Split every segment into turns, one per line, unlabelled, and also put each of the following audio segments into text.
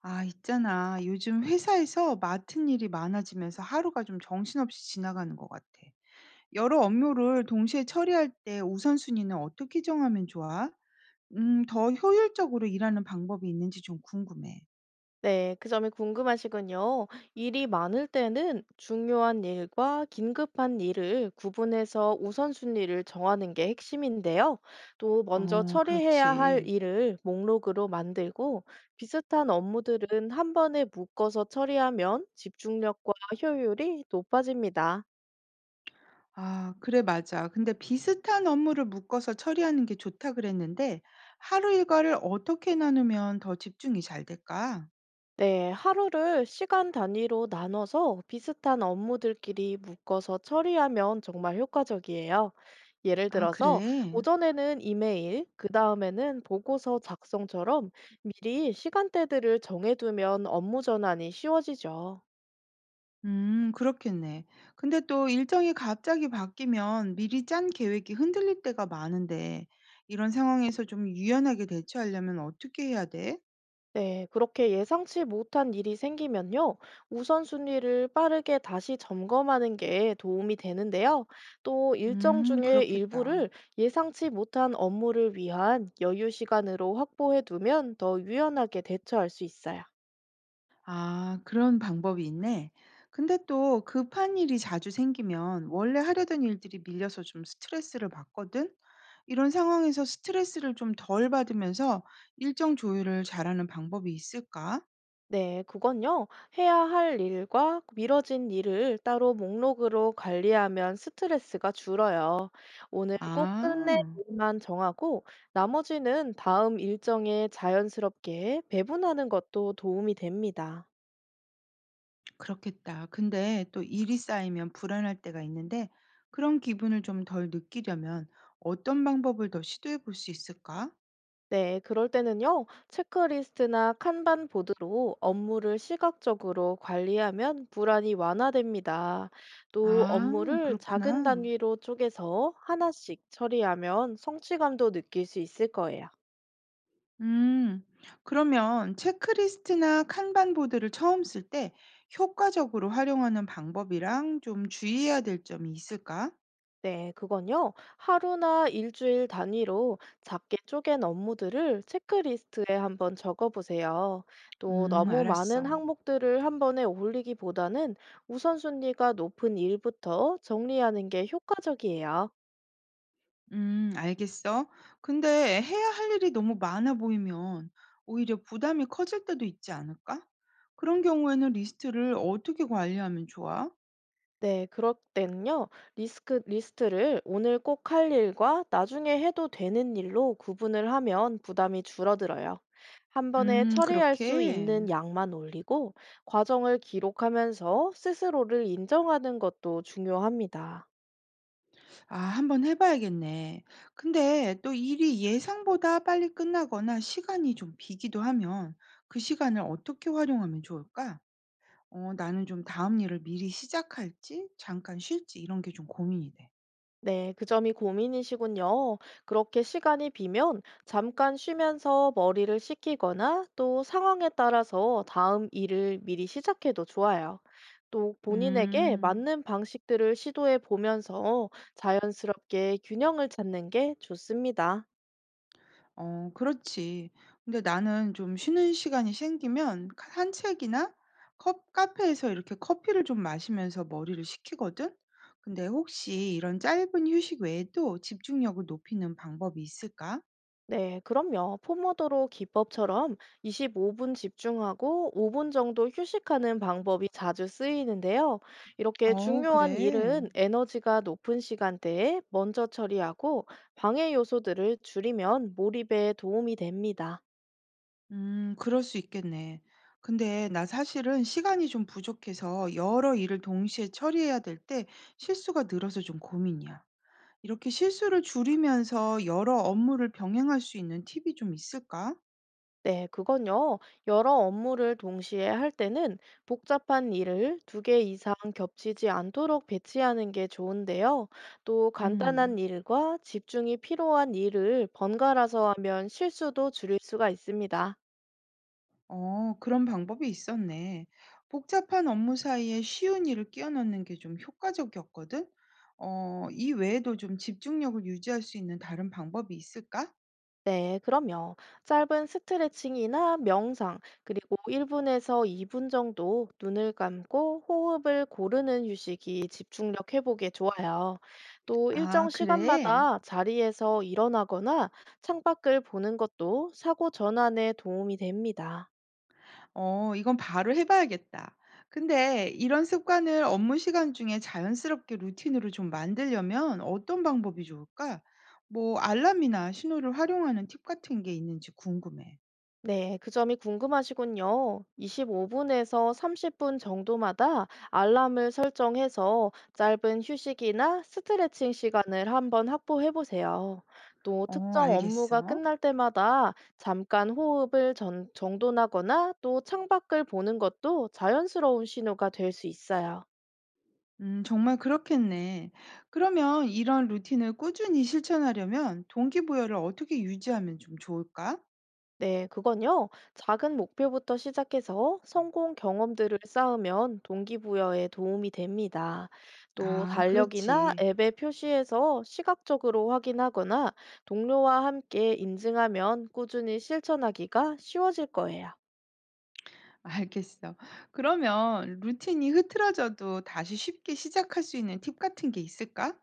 아, 있잖아. 요즘 회사에서 맡은 일이 많아지면서 하루가 좀 정신없이 지나가는 것 같아. 여러 업무를 동시에 처리할 때 우선순위는 어떻게 정하면 좋아? 더 효율적으로 일하는 방법이 있는지 좀 궁금해.
네, 그 점이 궁금하시군요. 일이 많을 때는 중요한 일과 긴급한 일을 구분해서 우선순위를 정하는 게 핵심인데요. 또 먼저
어,
처리해야 할
그렇지.
일을 목록으로 만들고 비슷한 업무들은 한 번에 묶어서 처리하면 집중력과 효율이 높아집니다.
아, 그래, 맞아. 근데 비슷한 업무를 묶어서 처리하는 게 좋다 그랬는데, 하루 일과를 어떻게 나누면 더 집중이 잘 될까?
네, 하루를 시간 단위로 나눠서 비슷한 업무들끼리 묶어서 처리하면 정말 효과적이에요. 예를
아,
들어서
그래.
오전에는 이메일, 그 다음에는 보고서 작성처럼 미리 시간대들을 정해두면 업무 전환이 쉬워지죠.
그렇겠네. 근데 또 일정이 갑자기 바뀌면 미리 짠 계획이 흔들릴 때가 많은데, 이런 상황에서 좀 유연하게 대처하려면 어떻게 해야 돼?
네, 그렇게 예상치 못한 일이 생기면요, 우선순위를 빠르게 다시 점검하는 게 도움이 되는데요. 또 일정 중에
그렇겠다.
일부를 예상치 못한 업무를 위한 여유 시간으로 확보해 두면 더 유연하게 대처할 수 있어요.
아, 그런 방법이 있네. 근데 또 급한 일이 자주 생기면 원래 하려던 일들이 밀려서 좀 스트레스를 받거든? 이런 상황에서 스트레스를 좀 덜 받으면서 일정 조율을 잘하는 방법이 있을까?
네, 그건요. 해야 할 일과 미뤄진 일을 따로 목록으로 관리하면 스트레스가 줄어요. 오늘 꼭 끝낼
아.
일만 정하고 나머지는 다음 일정에 자연스럽게 배분하는 것도 도움이 됩니다.
그렇겠다. 근데 또 일이 쌓이면 불안할 때가 있는데 그런 기분을 좀 덜 느끼려면 어떤 방법을 더 시도해 볼 수 있을까?
네, 그럴 때는요, 체크리스트나 칸반 보드로 업무를 시각적으로 관리하면 불안이 완화됩니다. 또
아,
업무를 작은
그렇구나.
단위로 쪼개서 하나씩 처리하면 성취감도 느낄 수 있을 거예요.
음, 그러면 체크리스트나 칸반 보드를 처음 쓸 때 효과적으로 활용하는 방법이랑 좀 주의해야 될 점이 있을까?
네, 그건요. 하루나 일주일 단위로 작게 쪼갠 업무들을 체크리스트에 한번 적어보세요. 또 너무 많은
알았어.
항목들을 한 번에 올리기보다는 우선순위가 높은 일부터 정리하는 게 효과적이에요.
알겠어. 근데 해야 할 일이 너무 많아 보이면 오히려 부담이 커질 때도 있지 않을까? 그런 경우에는 리스트를 어떻게 관리하면 좋아?
네, 그럴 때는요, 리스크 리스트를 오늘 꼭 할 일과 나중에 해도 되는 일로 구분을 하면 부담이 줄어들어요. 한 번에 처리할 수 있는
그렇게.
양만 올리고 과정을 기록하면서 스스로를 인정하는 것도 중요합니다.
아, 한번 해봐야겠네. 근데 또 일이 예상보다 빨리 끝나거나 시간이 좀 비기도 하면 그 시간을 어떻게 활용하면 좋을까? 어, 나는 좀 다음 일을 미리 시작할지, 잠깐 쉴지, 이런 게 좀 고민이 돼.
네, 그 점이 고민이시군요. 그렇게 시간이 비면 잠깐 쉬면서 머리를 식히거나 또 상황에 따라서 다음 일을 미리 시작해도 좋아요. 또 본인에게
음.
맞는 방식들을 시도해 보면서 자연스럽게 균형을 찾는 게 좋습니다.
어 그렇지. 근데 나는 좀 쉬는 시간이 생기면 카 산책이나 컵 카페에서 이렇게 커피를 좀 마시면서 머리를 식히거든. 근데 혹시 이런 짧은 휴식 외에도 집중력을 높이는 방법이 있을까?
네, 그럼요. 포모도로 기법처럼 25분 집중하고 5분 정도 휴식하는 방법이 자주 쓰이는데요. 이렇게
어
중요한
그래.
일은 에너지가 높은 시간대에 먼저 처리하고 방해 요소들을 줄이면 몰입에 도움이 됩니다.
그럴 수 있겠네. 근데 나 사실은 시간이 좀 부족해서 여러 일을 동시에 처리해야 될 때 실수가 늘어서 좀 고민이야. 이렇게 실수를 줄이면서 여러 업무를 병행할 수 있는 팁이 좀 있을까?
네, 그건요. 여러 업무를 동시에 할 때는 복잡한 일을 두 개 이상 겹치지 않도록 배치하는 게 좋은데요. 또 간단한
음.
일과 집중이 필요한 일을 번갈아서 하면 실수도 줄일 수가 있습니다.
어, 그런 방법이 있었네. 복잡한 업무 사이에 쉬운 일을 끼워 넣는 게 좀 효과적이었거든. 어, 이 외에도 좀 집중력을 유지할 수 있는 다른 방법이 있을까?
네, 그럼요. 짧은 스트레칭이나 명상, 그리고 1분에서 2분 정도 눈을 감고 호흡을 고르는 휴식이 집중력 회복에 좋아요. 또 일정
아, 그래?
시간마다 자리에서 일어나거나 창밖을 보는 것도 사고 전환에 도움이 됩니다.
어, 이건 바로 해봐야겠다. 근데 이런 습관을 업무 시간 중에 자연스럽게 루틴으로 좀 만들려면 어떤 방법이 좋을까? 뭐, 알람이나 신호를 활용하는 팁 같은 게 있는지 궁금해.
네, 그 점이 궁금하시군요. 25분에서 30분 정도마다 알람을 설정해서 짧은 휴식이나 스트레칭 시간을 한번 확보해 보세요. 또
어,
특정 업무가
알겠어.
끝날 때마다 잠깐 호흡을 정돈하거나 또 창밖을 보는 것도 자연스러운 신호가 될 수 있어요.
정말 그렇겠네. 그러면 이런 루틴을 꾸준히 실천하려면 동기부여를 어떻게 유지하면 좀 좋을까?
네, 그건요. 작은 목표부터 시작해서 성공 경험들을 쌓으면 동기부여에 도움이 됩니다. 또
아,
달력이나
그렇지.
앱에 표시해서 시각적으로 확인하거나 동료와 함께 인증하면 꾸준히 실천하기가 쉬워질 거예요.
알겠어. 그러면 루틴이 흐트러져도 다시 쉽게 시작할 수 있는 팁 같은 게 있을까?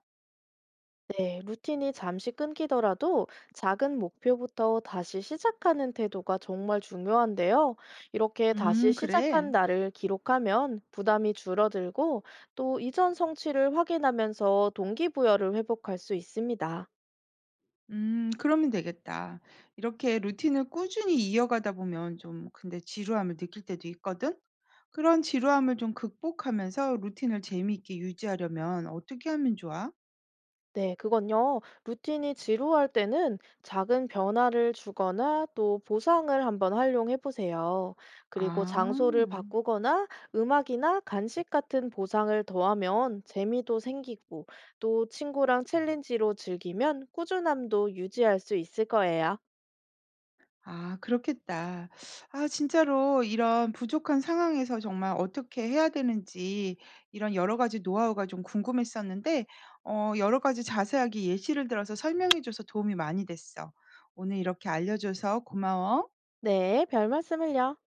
네, 루틴이 잠시 끊기더라도 작은 목표부터 다시 시작하는 태도가 정말 중요한데요. 이렇게 다시 시작한
그래.
날을 기록하면 부담이 줄어들고 또 이전 성취를 확인하면서 동기부여를 회복할 수 있습니다.
그러면 되겠다. 이렇게 루틴을 꾸준히 이어가다 보면 좀 근데 지루함을 느낄 때도 있거든? 그런 지루함을 좀 극복하면서 루틴을 재미있게 유지하려면 어떻게 하면 좋아?
네, 그건요. 루틴이 지루할 때는 작은 변화를 주거나 또 보상을 한번 활용해 보세요. 그리고 장소를
아.
바꾸거나 음악이나 간식 같은 보상을 더하면 재미도 생기고 또 친구랑 챌린지로 즐기면 꾸준함도 유지할 수 있을 거예요.
아 그렇겠다. 아 진짜로 이런 부족한 상황에서 정말 어떻게 해야 되는지 이런 여러 가지 노하우가 좀 궁금했었는데 어 여러 가지 자세하게 예시를 들어서 설명해 줘서 도움이 많이 됐어. 오늘 이렇게 알려 줘서 고마워.
네, 별 말씀을요.